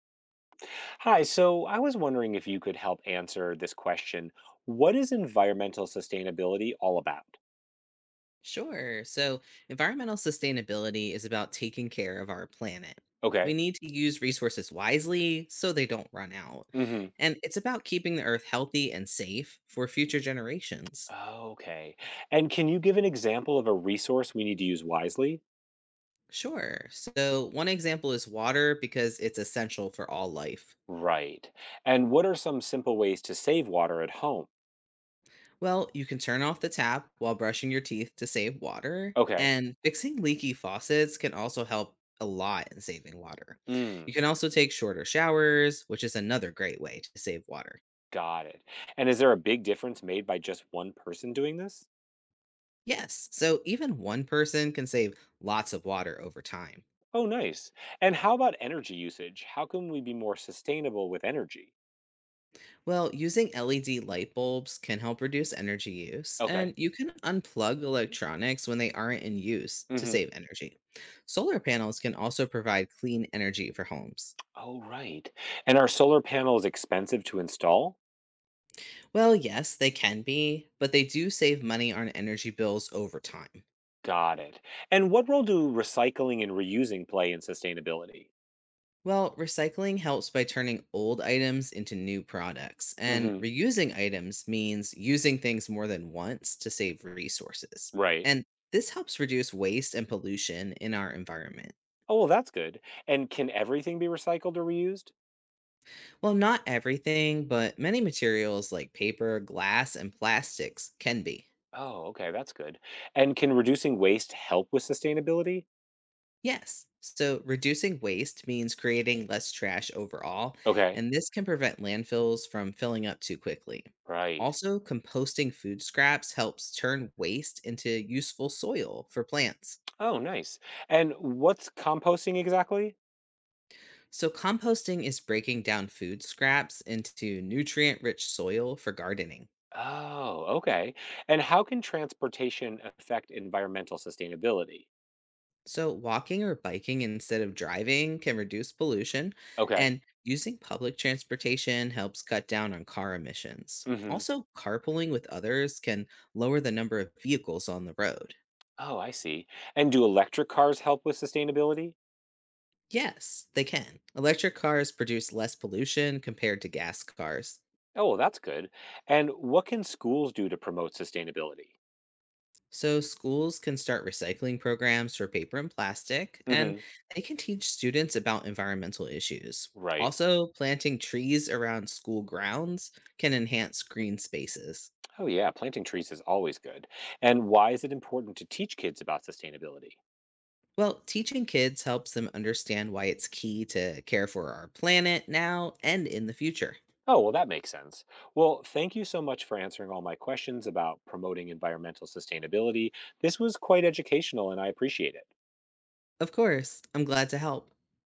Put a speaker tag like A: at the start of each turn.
A: Hi, so I was wondering if you could help answer this question. What is environmental sustainability all about?
B: Sure. So, environmental sustainability is about taking care of our planet. We
A: Okay.
B: need to use resources wisely so they don't run out.
A: Mhm.
B: And it's about keeping the earth healthy and safe for future generations.
A: Okay. And can you give an example of a resource we need to use wisely?
B: Sure. So, one example is water because it's essential for all life.
A: Right. And what are some simple ways to save water at home?
B: Well, you can turn off the tap while brushing your teeth to save water.
A: Okay.
B: And fixing leaky faucets can also help a lot in saving water. You
A: Mm,
B: can also take shorter showers, which is another great way to save water.
A: got it. And is there a big difference made by just one person doing this?
B: Yes, so even one person can save lots of water over time.
A: Oh, nice. And how about energy usage? How can we be more sustainable with energy?
B: Well, using LED light bulbs can help reduce energy use, and
A: Okay.
B: you can unplug electronics when they aren't in use to
A: Mhm.
B: save energy. Solar panels can also provide clean energy for homes.
A: Oh, right. And are solar panels expensive to install?
B: Well, yes, they can be, but they do save money on energy bills over time.
A: Got it. And what role do recycling and reusing play in sustainability?
B: Well, recycling helps by turning old items into new products, and
A: Hmm.
B: reusing items means using things more than once to save resources.
A: Right.
B: And this helps reduce waste and pollution in our environment.
A: Oh, well, that's good. And can everything be recycled or reused?
B: Well, not everything, but many materials like paper, glass, and plastics can be.
A: Oh, okay, that's good. And can reducing waste help with sustainability?
B: Yes. So reducing waste means creating less trash overall,
A: Okay.
B: and this can prevent landfills from filling up too quickly.
A: Right.
B: Also, composting food scraps helps turn waste into useful soil for plants.
A: Oh, nice. And what's composting exactly?
B: So, composting is breaking down food scraps into nutrient rich soil for gardening.
A: Oh, okay. And how can transportation affect environmental sustainability?
B: So, walking or biking instead of driving can reduce pollution,
A: Okay.
B: and using public transportation helps cut down on car emissions.
A: Hmm.
B: Also, carpooling with others can lower the number of vehicles on the road.
A: Oh, I see. And do electric cars help with sustainability?
B: Yes, they can. Electric cars produce less pollution compared to gas cars.
A: Oh, well, that's good. And what can schools do to promote sustainability?
B: So, schools can start recycling programs for paper and plastic, and
A: Hmm.
B: they can teach students about environmental issues.
A: Right.
B: Also, planting trees around school grounds can enhance green spaces.
A: Oh, yeah. Planting trees is always good. And why is it important to teach kids about sustainability?
B: Well, teaching kids helps them understand why it's key to care for our planet now and in the future.
A: Oh, well, that makes sense. Well, thank you so much for answering all my questions about promoting environmental sustainability. This was quite educational, and I appreciate it.
B: Of course, I'm glad to help.